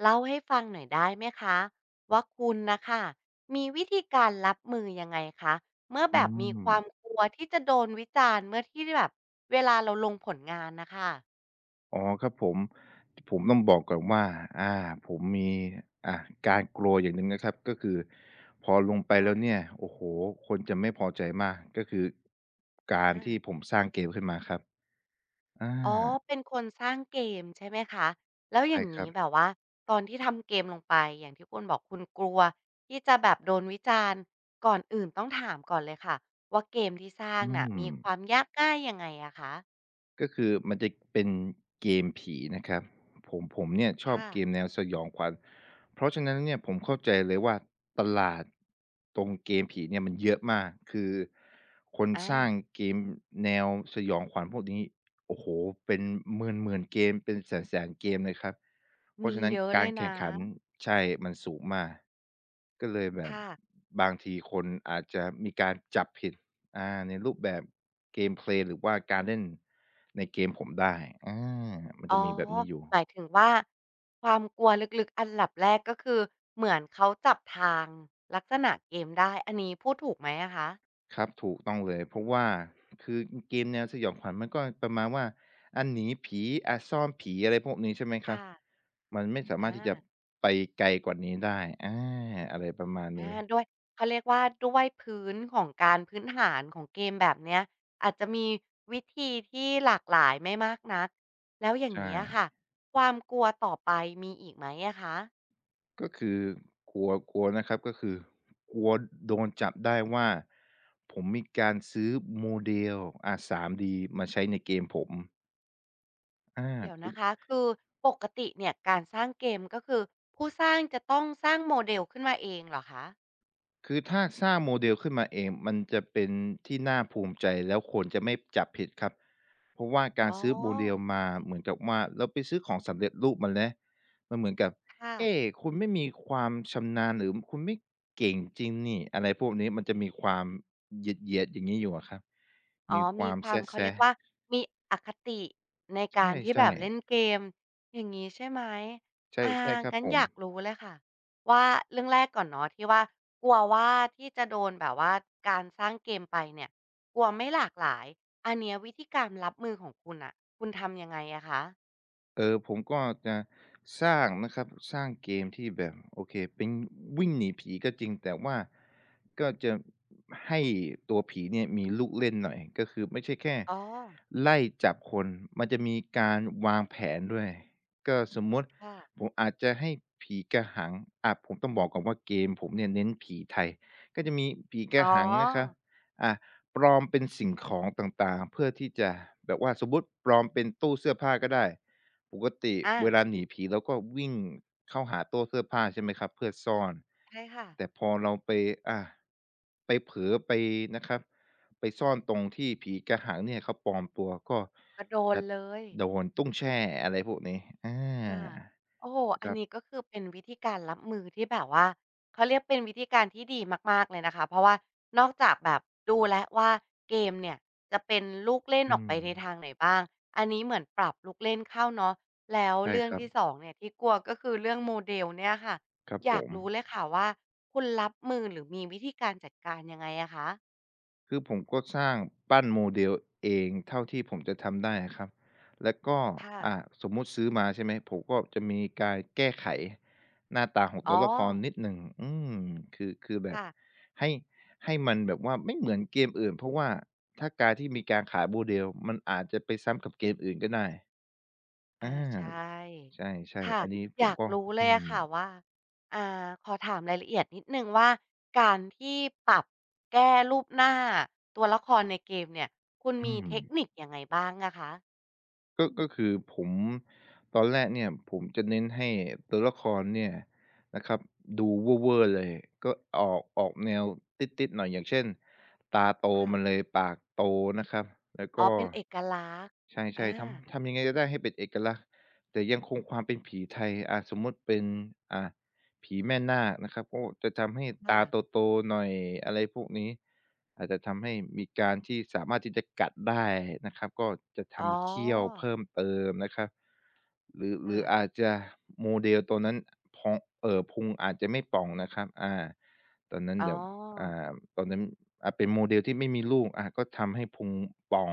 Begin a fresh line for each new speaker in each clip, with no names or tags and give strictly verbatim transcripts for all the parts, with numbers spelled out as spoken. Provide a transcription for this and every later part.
เล่าให้ฟังหน่อยได้ไหมคะว่าคุณนะคะมีวิธีการรับมือยังไงคะเมื่อ
อื
แบบมีค
ม
วามกลัวที่จะโดนวิจารณ์เมื่อที่แบบเวลาเราลงผลงานนะคะ
อ๋อครับผม ผมต้องบอกก่อนว่าอาผมมีอ่าการกลัวอย่างหนึ่งนะครับ ก็คือพอลงไป
ค่ะ
แล้วเนี่ย โอ้โฮคนจะไม่พอใจมาก ก็คือ
อา
การที่ผมสร้างเกมขึ้นมาครับ
อ๋อ
อา
เป็นคนสร้างเกมใช่ไหมคะแล้วอ
ใช่
ย่าง
ครั
นี้
บ
แบบว่าตอนที่ทำเกมลงไปอย่างที่คุณบอกคุณกลัวที่จะแบบโดนวิจารณ์ก่อนอื่นต้องถามก่อนเลยค่ะว่าเกมที่สร้าง
อื
น่ะ
ม
มีความยากง่ายยังไงอะคะ
ก็คือมันจะเป็นเกมผีนะครับผมผมเนี่ยชอบ
ค่ะ
เกมแนวสยองขวัญเพราะฉะนั้นเนี่ยผมเข้าใจเลยว่าตลาดตรงเกมผีเนี่ยมันเยอะมากคือคน
อา
สร้างเกมแนวสยองขวัญพวกนี้โอ้โฮเป็นหมื่นๆเกมเป็นแสนๆเกมเลยครับเพราะ
มี
ฉะนั้น
เยอะเล
การ
ย
แข่
นะ
งขันใช่มันสูงมากก็เลยแบบ
ค่ะ
บางทีคนอาจจะมีการจับผิด อาในรูปแบบ Gameplay หรือว่าการเล่นในเกมผมได้อามันจะ
อ๋อ
มีแบบนี้อยู่
หมายถึงว่าความกลัวลึกๆอันดับแรกก็คือเหมือนเขาจับทางลักษณะเกมได้ อันนี้พูดถูกไหมอะคะ
ครับถูกต้องเลยเพราะว่าคือเกมแนวสยองขวัญมันก็ประมาณว่าอาหนีผีอาซ่อนผีอะไรพวกนี้ใช่ไหมครับ
ค่ะ
มันไม่สามารถที่จะ
อา
ไปไกลกว่านี้ได้อาอะไรประมาณ
อา
นี้
ด้วยเขาเรียกว่าด้วยพื้นของการพื้นฐานของเกมแบบเนี้ยอาจจะมีวิธีที่หลากหลายไม่มากนักแล้วอย่าง
ใช่
งี้อะค่ะความกลัวต่อไปมีอีกไหมอะคะ
ก็คือกลัวกลัวนะครับก็คือกลัวโดนจับได้ว่าผมมีการซื้อ Model อา สามดี มาใช้ในเกมผม อา
เดี๋ยว
คุ
นะ
ณ
คะคือปกติเนี่ยการสร้างเกมก็คือผู้สร้างจะต้องสร้างโมเดลขึ้นมาเองเหรอคะ
คือถ้าสร้างโมเดลขึ้นมาเองมันจะเป็นที่น่าภูมิใจแล้วคนจะไม่จับผิดครับเพราะว่ากา
อ๋
ร
อ
ซื้อโมเดลมาเหมือนกับว่าเราไปซื้อของสำเร็จรูปมาแล้วมันเหมือนกับ
ค่ะ
เอ๊คุณไม่มีความชำนาญหรือคุณไม่เก่งจริงนี่อะไรพวกนี้มันจะมีความเหยียดๆอย่างงี้อยู่อะครับ
อ๋อ
มีค
มี
วาม
ค
แ
วามเขาเรีย
ซะ
กว่ามีอคติใน
ๆ
กา
ใช่
ร
ๆ
ที่
ใช
แบบเล่นเกมอย่างงี้ใช่ไหม
่
อา
ใช่ครับ
งั้น
ผ
อ
ม
ยากรู้เลยค่ะว่าเรื่องแรกก่อนเนาะที่ว่ากลัวว่าที่จะโดนแบบว่าการสร้างเกมไปเนี่ยกลัวไม่หลากหลายอันเนี้ยวิธีการรับมือของคุณน่ะคุณทำยังไงอะคะ
เออผมก็จะสร้างนะครับสร้างเกมที่แบบโอเคเป็นวิ่งหนีผีก็จริงแต่ว่าก็จะให้ตัวผีเนี่ยมีลูกเล่นหน่อยก็คือไม่ใช่แค่
อ๋อ
ไล่จับคนมันจะมีการวางแผนด้วยก็สมมุติ
ค่ะ
ผมอาจจะให้ผีกระหังอาผมต้องบอกก่อนว่าเกมผมเนี่ยเน้นผีไทยก็จะมีผีก
อ๋
ระ
อ
หังนะครับอ่าปลอมเป็นสิ่งของต่างๆเพื่อที่จะแบบว่าสมมุติปลอมเป็นตู้เสื้อผ้าก็ได้ ปกติ
อา
เวลาหนีผีเราก็วิ่งเข้าหาตู้เสื้อผ้าใช่ไหมครับเพื่อซ่อน
ใช่ค่ะ
แต่พอเราไปอ่าไปเผลอไปนะครับไปซ่อนตรงที่ผีกระหังเนี่ยเขาปลอมตัวก็
ก็โดน
จะ
เลย
โดนตุ้งแช่อะไรพวกนี้อ
ค่ะ
า
โอ้โฮอั
ค
น
รั
นี้
บ
ก็คือเป็นวิธีการรับมือที่แบบว่าเขาเรียกเป็นวิธีการที่ดีมากๆเลยนะคะเพราะว่านอกจากแบบดูแล้วว่าเกมเนี่ยจะเป็นลูกเล่นอ
อื
อกไป
ม
ในทางไหนบ้างอันนี้เหมือนปรับลูกเล่นเข้าเนาะแล้ว
ใช่
เรื่อ
ค
ง
รับ
ที่สองเนี่ยที่กลัวก็คือเรื่อง model เนี่ยค่ะ
ครับ
อ
ผ
ยาก
ม
รู้เลยค่ะว่าคุณรับมือหรือมีวิธีการจัดการยังไงอะคะ
คือผมก็สร้างปั้นโมเดลเองเท่าที่ผมจะทำได้อะครับแล้วก็
ค่ะ
อ่าสมมุติซื้อมาใช่ไหมผมก็จะมีการแก้ไขหน้าตาของ
อ๋อ
ตัวละครนิดหนึ่งอืมคือคือแบบ
ค่ะ
ให้ให้มันแบบว่าไม่เหมือนเกมอื่นเพราะว่าถ้าการที่มีการขายโมเดลมันอาจจะไปซ้ำกับเกมอื่นก็ได้อ
อาใช
า
่
ใช่
ค่ะ
ๆอันนี้ผ
อ
ม
ยาก
ก็
รู้เล
อื
ยอะ
ม
ค่ะว่าอ่าขอถามรายละเอียดนิดหนึ่งว่าการที่ปรับแก้รูปหน้าตัวละครในเกมเนี่ยคุณ
อื
มี
ม
เทคนิคยังไงบ้างอะคะ
ก็ก็คือผมตอนแรกเนี่ยผมจะเน้นให้ตัวละครเนี่ยนะครับดูเว่อร์ๆเลยก็ออกออกแนวติ๊ดๆหน่อยอย่างเช่นตาโต
ค่ะ
มาเลยปากโตนะครับแล้ว
อ๋อ
ก็
เป็นเอกลักษณ์
ใช่
อา
ๆทำทำยังไงก็ได้ให้เป็นเอกลักษณ์แต่ยังคงความเป็นผีไทยอาสมมุติเป็นอ่า ผีแม่นาคนะครับก็จะทำให้ตา
ค่ะ
โตๆหน่อยอะไรพวกนี้อาจจะทำให้มีการที่สามารถที่จะกัดได้นะครับก็จะ
อ๋
ทำเขี้ยว
อ
เพิ่มเติมนะครับ หรือหรื
ค่ะ
ออาจจะโมเดลตัวนั้นพองเอ่อพุงอาจจะไม่ป่องนะครับอาตอนนั้น
อ๋
เดี๋ยวอ่
อ
าตอนนั้นอ่าเป็นโมเดลที่ไม่มีลูกอาก็ทำให้พุงป่อง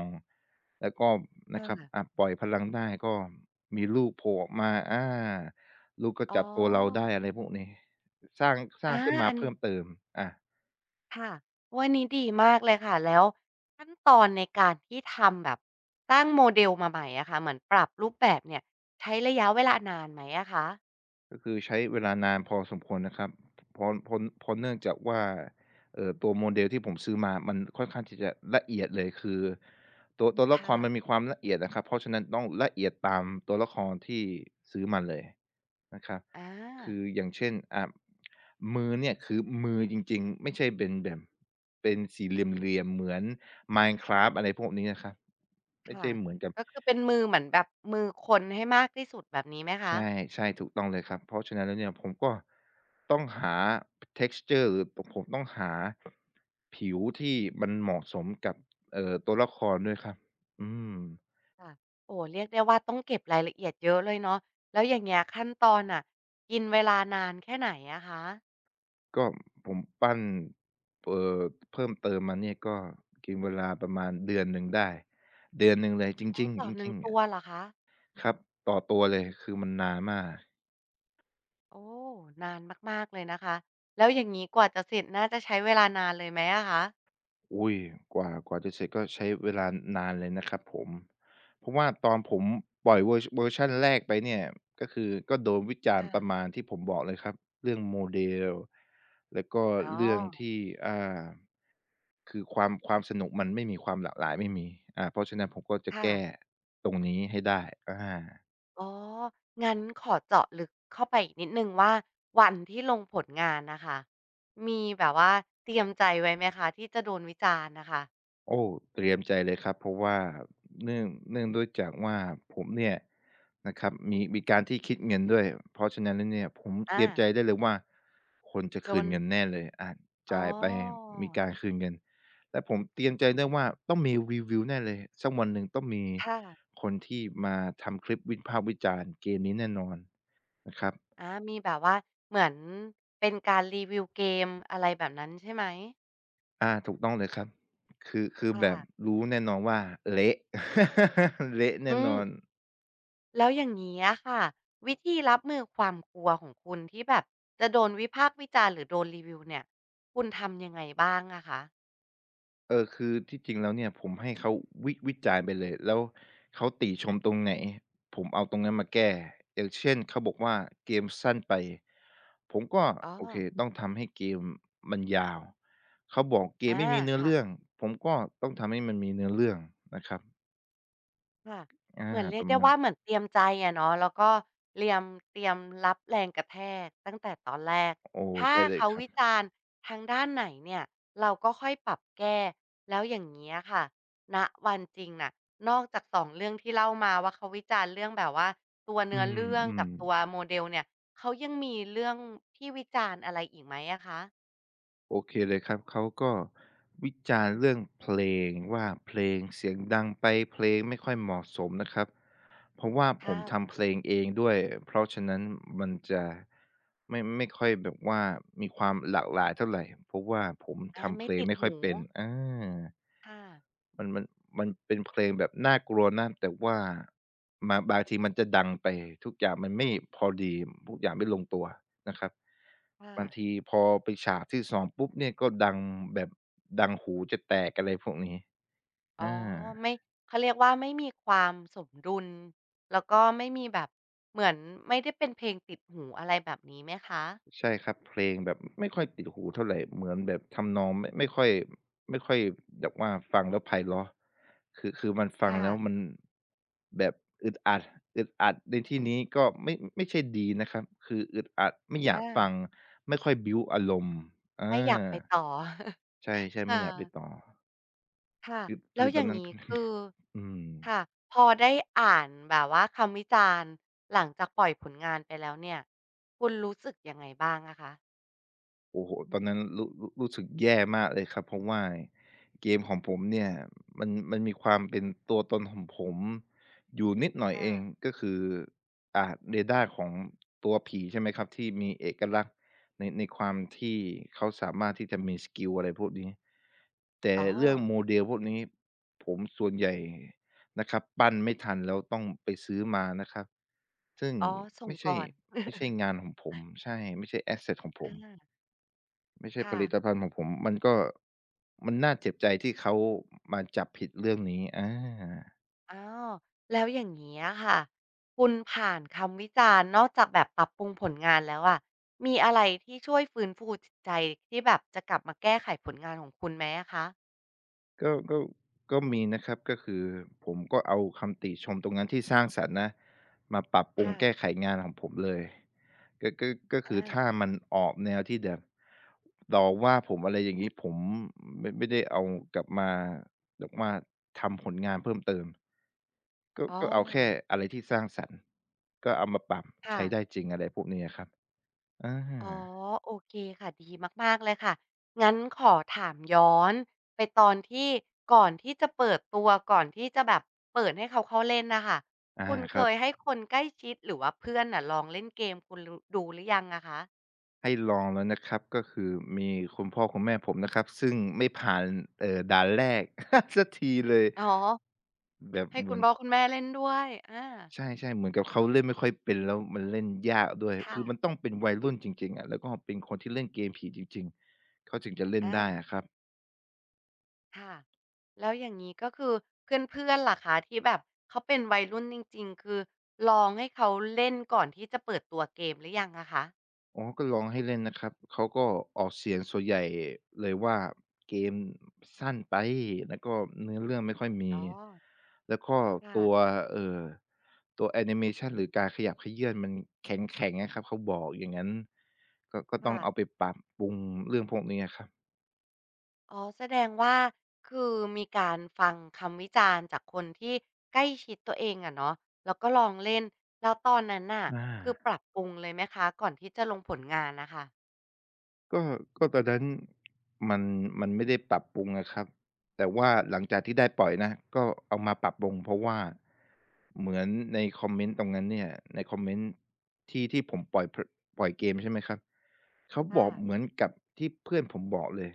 แล้วก็
ค
นะครับอ่า
่ะ
ปล่อยพลังได้ก็มีลูกโผล่ออกมาอาลูกก็
อ๋
จับตัวเราได้
อ
อะไรพวกนี้สร้างสร้าง
อา
ขึ้นมา
อัน
เพิ่
นี้
มเติมอา
ค่ะวันนี้ดีมากเลยค่ะแล้วขั้นตอนในการที่ทำแบบสร้างโมเดลมาใหม่อะค่ะเหมือนปรับรูปแบบเนี่ยใช้ระยะเวลานานไหมอะคะ
ก็คือใช้เวลานานพอสมควรนะครับเพราะเพราะเพราะเนื่องจากว่าเอ่อตัวโมเดลที่ผมซื้อมามันค่อนข้างที่จะละเอียดเลยคือตัวตัวละค
ค่ะ
รมันมีความละเอียดนะครับเพราะฉะนั้นต้องละเอียดตามตัวละครที่ซื้อมาเลยนะครับ
อา
คืออย่างเช่นอ่ามือเนี่ยคือมือจริงๆไม่ใช่เป็นแบบเป็นสี่เหลี่ยมๆเหมือน Minecraft อะไรพวกนี้นะครับไม่
ค่ะ
ใช่เหมือนกับ
ก็คือเป็นมือเหมือนแบบมือคนให้มากที่สุดแบบนี้ไหมคะ
ใช่ใช่ถูกต้องเลยครับเพราะฉะนั้นแล้วเนี่ยผมก็ต้องหา texture หรือปผมต้องหาผิวที่มันเหมาะสมกับเอ่อตัวละครด้วยครับอืม
ค่ะโอ้โฮเรียกได้ว่าต้องเก็บรายละเอียดเยอะเลยเนาะแล้วอย่างเงี้ยขั้นตอนน่ะกินเวลานานแค่ไหนอะคะ
ก็ผมปั้นเอ่อเพิ่มเติมมาเนี่ยก็กินเวลาประมาณเดือนหนึ่งได้เดือนหนึ่งเลยจ
อ๋อ
ริง
ต่
ๆ
อ
จ
หนึ่ง
ริงๆ
ตั
อะ
วเหรอคะ
ครับต่อตัวเลยคือมันนานมาก
โอ้นานมากๆเลยนะคะแล้วอย่างงี้กว่าจะเสร็จน่าจะใช้เวลานานเลยไหมอะคะ
อุ๊ยกว่ากว่าจะเสร็จก็ใช้เวลานานเลยนะครับผมเพราะว่าตอนผมปล่อยเวอร์เวอร์ชันแรกไปเนี่ยก็คือก็โดนวิจารณ์ประ
ค่ะ
มาณที่ผมบอกเลยครับเรื่อง Model แล้วก็
อ๋อ
เรื่องที่อ่าคือความความสนุกมันไม่มีความหลากหลายไม่มีอ่าเพราะฉะนั้นผมก็จะ
ค่ะ
แก้ตรงนี้ให้ได้อา
อ๋องั้นขอเจาะลึกเข้าไปอีกนิดหนึ่งว่าวันที่ลงผลงานน่ะค่ะมีแบบว่าเตรียมใจไว้ไหมคะที่จะโดนวิจารณ์น่ะค่ะ
โอ้เตรียมใจเลยครับเพราะว่าเนื่องเนื่องด้วยจากว่าผมเนี่ยนะครับมีมีการที่คิดเงินด้วยเพราะฉะนั้นแล้วเนี่ยผมเต
อา
รียมใจได้เลยว่าคนจะ
โด
คืน
น
เงินแน่เลยอา
อ๋
จ่ายไป
อ
มีการคืนเงินและผมเตรียมใจได้ว่าต้องมีรีวิวแน่เลยสักวันหนึ่งต้องมี
ค่ะ
คนที่มาทำคลิปวิพากษ์วิจารณ์เกมนี้แน่นอนนะครับ
อามีแบบว่าเหมือนเป็นการรีวิวเกมอะไรแบบนั้นใช่ไหม
อาถูกต้องเลยครับคือคือแบบ
ค่ะ
รู้แน่นอนว่าเละ เละ
อื
แน่น
ม
อน
แล้วอย่างนี้อะค่ะวิธีรับมือความกลัวของคุณที่แบบจะโดนวิพากษ์วิจารณ์หรือโดนรีวิวเนี่ยคุณทำยังไงบ้างอะคะ
เออคือที่จริงแล้วเนี่ยผมให้เขาวิวิจารณ์ไปเลยแล้วเขาติชมตรงไหนผมเอาตรงนั้นมาแก้อย่างเช่นเขาบอกว่าเกมสั้นไปผมก็
อ๋อ
โอเคต้องทำให้เกมมันยาวเขาบอกเกม
อา
ไม่มีเนื้อ
ค่ะ
เรื่องผมก็ต้องทำให้มันมีเนื้อเรื่องนะครับ
ค่ะ
อา
เหมือนเรี
ป
ยก
ระ
ได้
มาณ
ว่าเหมือนเตรียมใจอะเนาะแล้วก็เรียมเตรียมรับแรงกระแทกตั้งแต่ตอนแรก
โอ้
ถ้า
ใช่เลย
เขา
ครั
วิ
บ
จารณ์ทางด้านไหนเนี่ยเราก็ค่อยปรับแก้แล้วอย่างเงี้ยค่ะณวันจริงน่ะนอกจากสองเรื่องที่เล่ามาว่าเขาวิจารณ์เรื่องแบบว่าตัว
อื
เนื้อเรื่องกับ
ม
ตัว
ๆ
model เนี่ยเขายังมีเรื่องที่วิจารณ์อะไรอีกไหมอะคะ
โอเคเลยครับเขาก็วิจารณ์เรื่องเพลงว่าเพลงเสียงดังไปเพลงไม่ค่อยเหมาะสมนะครับเพราะว่าผ
ค่ะ
มทำเพลงเองด้วยเพราะฉะนั้นมันจะไม่ไม่ค่อยแบบว่ามีความหลากหลายเท่าไหรเพราะว่าผม
อา
ทำเพ
ไม่
ลง
ติด
ไม่ค่อ
หู
ยเป็นอา
ค่ะ
มันมันมันเป็นเพลงแบบน่ากลัวนะแต่ว่ามาบางทีมันจะดังไปทุกอย่างมันไม่พอดีทุกอย่างไม่ลงตัวนะครับบาง
ค่ะ
ทีพอไปฉากที่สองปุ๊บเนี่ยก็ดังแบบดังหูจะแตกอะไรพวกนี้
อ๋อ
อา
ไม่เขาเรียกว่าไม่มีความสมดุลแล้วก็ไม่มีแบบเหมือนไม่ได้เป็นเพลงติดหูอะไรแบบนี้ไหมคะ
ใช่ครับเพลงแบบไม่ค่อยติดหูเท่าไรเหมือนแบบทำนองไม่ไม่ค่อยไม่ค่อยแบบว่าฟังแล้วไพเราะคือคือมันฟัง
ค่ะ
แล้วมันแบบอึดอัดอึดอัดในที่นี้ก็ไม่ไม่ใช่ดีนะครับคืออึดอัดไม่อยา
อา
กฟังไม่ค่อยบิลต์อารมณ์อ
ไม่อยากไป
า
ต่อ
ใช่ๆไม่
ค่ะ
อยากไปต่อ
ค่ะ
คือ
แล้
คื
ว
อ
อ
ตอน
ย่าง
นั้น
งี้คือ
อืม
ค่ะพอได้อ่านแบบว่าคำวิจารณ์หลังจากปล่อยผลงานไปแล้วเนี่ยคุณรู้สึกยังไงบ้างอะคะ
โอ้โฮตอนนั้นรู้รู้รู้สึกแย่มากเลยครับเพราะว่าเกมของผมเนี่ยมันมันมีความเป็นตัวตนของผมอยู่นิดหน่อยเอง
ค่ะ
ก็คืออ่าเรดาร์ของตัวผีใช่ไหมครับที่มีเอกลักษณ์ในในความที่เขาสามารถที่จะมีสกิลอะไรพวกนี้แต่
อ๋อ
เรื่อง model พวกนี้ผมส่วนใหญ่นะครับปั้นไม่ทันแล้วต้องไปซื้อมานะครับซึ่ง
อ๋อส่ง
ไม่
ก่
ใช่
อน
ไม่ใช่งานของผมใช่ไม่ใช่แอสเซตของผม
อา
ไม่ใช่ผ
ค่ะ
ลิตภัณฑ์ของผมมันก็มันน่าเจ็บใจที่เขามาจับผิดเรื่องนี้อา
อ้าวแล้วอย่างเงี้ยค่ะคุณผ่านคำวิจารณ์นอกจากแบบปรับปรุงผลงานแล้วอะมีอะไรที่ช่วยฟื้นฟูจิตใจที่แบบจะกลับมาแก้ไขผลงานของคุณไหมอะคะ
ก็ก็ก็มีนะครับก็คือผมก็เอาคำติชมตรงนั้นที่สร้างสรรค์นะมาปรับปรุง
ค่ะ
แก้ไขงานของผมเลยก็ก็ก็คือ
อา
ถ้ามันออกแนวที่แบบต่อว่าผมอะไรอย่างงี้ผมไม่ไม่ได้เอากลับมาแบบว่าทำผลงานเพิ่มเติมก็
อ๋อ
ก็เอาแค่อะไรที่สร้างสรรค์ก็เอามาปรับ
ค่ะ
ใช้ได้จริงอะไรพวกนี้อะครับอา
อ๋อโอเคค่ะดีมากๆเลยค่ะงั้นขอถามย้อนไปตอนที่ก่อนที่จะเปิดตัวก่อนที่จะแบบเปิดให้เขาเข้าเล่นน่ะค่ะ
อ่า
คุณ
ค
เค
รับ
ยให้คนใกล้ชิดหรือว่าเพื่อนน่ะลองเล่นเกมคุณรดูหรือยังอะคะ
ให้ลองแล้วนะครับก็คือมีคุณพ่อคุณแม่ผมนะครับซึ่งไม่ผ่านเอ่อด่านแรก สักทีเลย
อ๋อ
แบบ
ให้
เห
คุ
มื
ณ
อน
พ่อคุณแม่เล่นด้วยอา
ใช่ๆเหมือนกับเขาเล่นไม่ค่อยเป็นแล้วมันเล่นยากด้วย
ค่ะ
คือมันต้องเป็นวัยรุ่นจริงๆอะแล้วก็เป็นคนที่เล่นเกมผีจริงๆเขาถึงจะเล่น
อา
ได้อะครับ
ค่ะแล้วอย่างงี้ก็คือเพื่อนๆล่ะคะที่แบบเขาเป็นวัยรุ่นจริงๆคือลองให้เขาเล่นก่อนที่จะเปิดตัวเกมหรือยังอะคะ
อ๋อก็ลองให้เล่นนะครับ เขาก็ออกเสียงส่วนใหญ่เลยว่าเกมสั้นไป แล้วก็เนื้อเรื่องไม่ค่อยมี
อ๋อ
แล้วก็ตัว
ค่ะ
เอ่อตัวแอนิเมชันหรือการขยับเขยื้อนมันแข็งๆอะครับ เขาบอกอย่างงั้นก็ก็ต้อง
ค่ะ
เอาไปปรับปรุงเรื่องพวกนี้อะครับ
อ๋อแสดงว่าคือมีการฟังคำวิจารณ์จากคนที่ใกล้ชิดตัวเองอะเนาะแล้วก็ลองเล่นแล้วตอนนั้นน่ะ
อา
คือปรับปรุงเลยไหมคะก่อนที่จะลงผลงานน่ะค่ะ
ก็ก็ตอนนั้นมันมันไม่ได้ปรับปรุงอะครับแต่ว่าหลังจากที่ได้ปล่อยนะก็เอามาปรับปรุงเพราะว่าเหมือนในคอมเมนต์ตรงนั้นเนี่ยในคอมเมนต์ที่ที่ผมปล่อยพปล่อยเกมใช่ไหมครับเขาบ
ค่ะ
อกเหมือนกับที่เพื่อนผมบอกเลย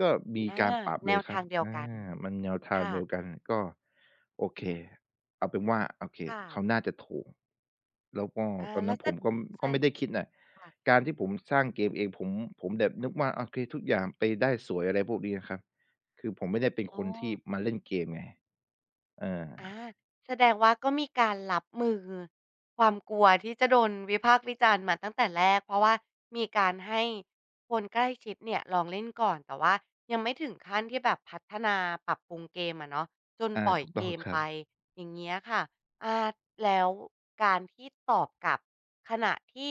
ก็มี
อา
การปรับ
แน
เลย
ว
ครั
ทา
บ
งเดียว
อา
กัน
มันแนวทาง
ค่ะ
เดียวกันก็โอเคเอาเป็นว่าโอเค
ค่ะ
เขาน่าจะถูกแล้วก็
อา
ตอน
แล้
นั้
ว
น
ส
ผ
ส
มก็ก็ไม่ได้คิดน่ะ
ค่ะ
การที่ผมสร้างเกมเองผมผมแบบนึกว่าโอเคทุกอย่างไปได้สวยอะไรพวกนี้นะครับ คือผมไม่ได้เป็น
อ๋
ค
อ
นที่มาเล่นเกมไงเออ
อาแสดงว่าก็มีการรับมือความกลัวที่จะโดนวิพากษ์วิจารณ์มาตั้งแต่แรกเพราะว่ามีการให้คนใกล้ชิดเนี่ยลองเล่นก่อนแต่ว่ายังไม่ถึงขั้นที่แบบพัฒนาปรับปรุงเกมอะเนาะจน
อา
ปล่อย
ถูก
เก
ต้อง
ม
ครั
ไป
บ
อย่างเงี้ยค่ะอาแล้วการที่ตอบกลับขณะที่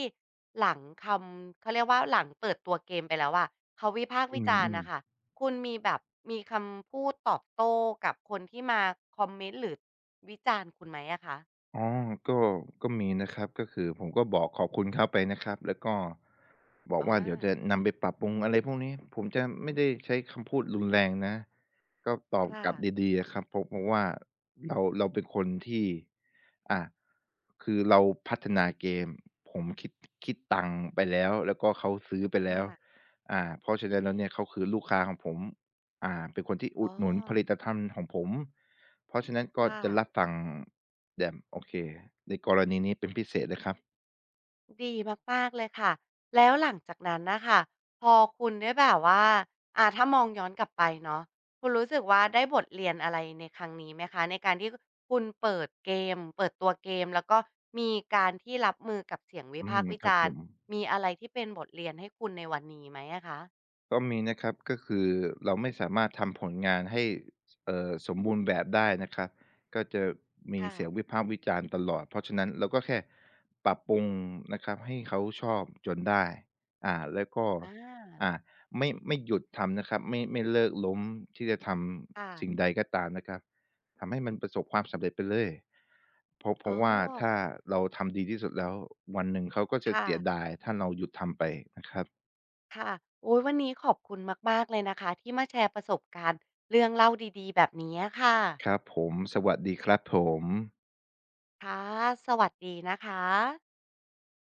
หลังคำเขาเรียกว่าหลังเปิดตัวเกมไปแล้วอะเขาวิพากษ์
อื
วิจารณ์
ม
น่ะ
ๆ
ค่ะ คุณมีแบบมีคำพูดตอบโต้กับคนที่มาคอมเมนต์หรือวิจารณ์คุณไหมอะคะ
อ๋อก็ก็มีนะครับก็คือผมก็บอกขอบคุณเขาไปนะครับแล้วก็บอกว่าเดี๋ยว
อา
จะนำไปปรับปรุงอะไรพวกนี้ ผมจะไม่ได้ใช้คำพูดรุนแรงนะก็ตอบ
ค่ะ
กลับดีๆอะครับเพราะเพราะว่าเราเราเป็นคนที่อ่าคือเราพัฒนาเกม ผมคิดคิดตังค์ไปแล้ว แล้วก็เขาซื้อไปแล้ว
ค่ะ
อ่าเพราะฉะนั้นแล้วเนี่ยเขาคือลูกค้าของผมอ่าเป็นคนที่อุ
อ๋อ
ดหนุนผลิตภัณฑ์ของผมเพราะฉะนั้นก็
ค่ะ
จะรับฟัง แหลมโอเคในกรณีนี้เป็นพิเศษเลยครับ
ดีมากๆเลยค่ะแล้วหลังจากนั้นน่ะค่ะพอคุณได้แบบว่าอาถ้ามองย้อนกลับไปเนาะคุณรู้สึกว่าได้บทเรียนอะไรในครั้งนี้ไหมคะในการที่คุณเปิดเกมเปิดตัวเกมแล้วก็มีการที่รับมือกับเสียงวิ
อื
พา
ม
กษ์วิ
ครับ
จา
ผ
รณ์
ม
มีอะไรที่เป็นบทเรียนให้คุณในวันนี้ไหมอะคะ
ก็มีนะครับก็คือเราไม่สามารถทำผลงานให้เอ่อสมบูรณ์แบบได้นะครับก็จะมี
ค่ะ
เสียงวิพากษ์วิจารณ์ตลอดเพราะฉะนั้นเราก็แค่ปรับปรุงนะครับให้เขาชอบจนได้อ่าแล้วก็
อา
อ่าไม่ไม่หยุดทำนะครับไม่ไม่เลิกล้มที่จะทำสิ่ง
ค่ะ
ใดก็ตามนะครับทำให้มันประสบความสำเร็จไปเลยเพราะเพ
อ๋อ
ราะว่าถ้าเราทำดีที่สุดแล้ววันหนึ่งเขาก็จะ
ค่ะ
เสียดายถ้าเราหยุดทำไปนะครับ
ค่ะโอ๊ยวันนี้ขอบคุณมากๆเลยนะคะที่มาแชร์ประสบการณ์เรื่องเล่าดีๆแบบนี้อะค่ะ
ครับผมสวัสดีครับผม
ค่ะ สวัสดีนะคะ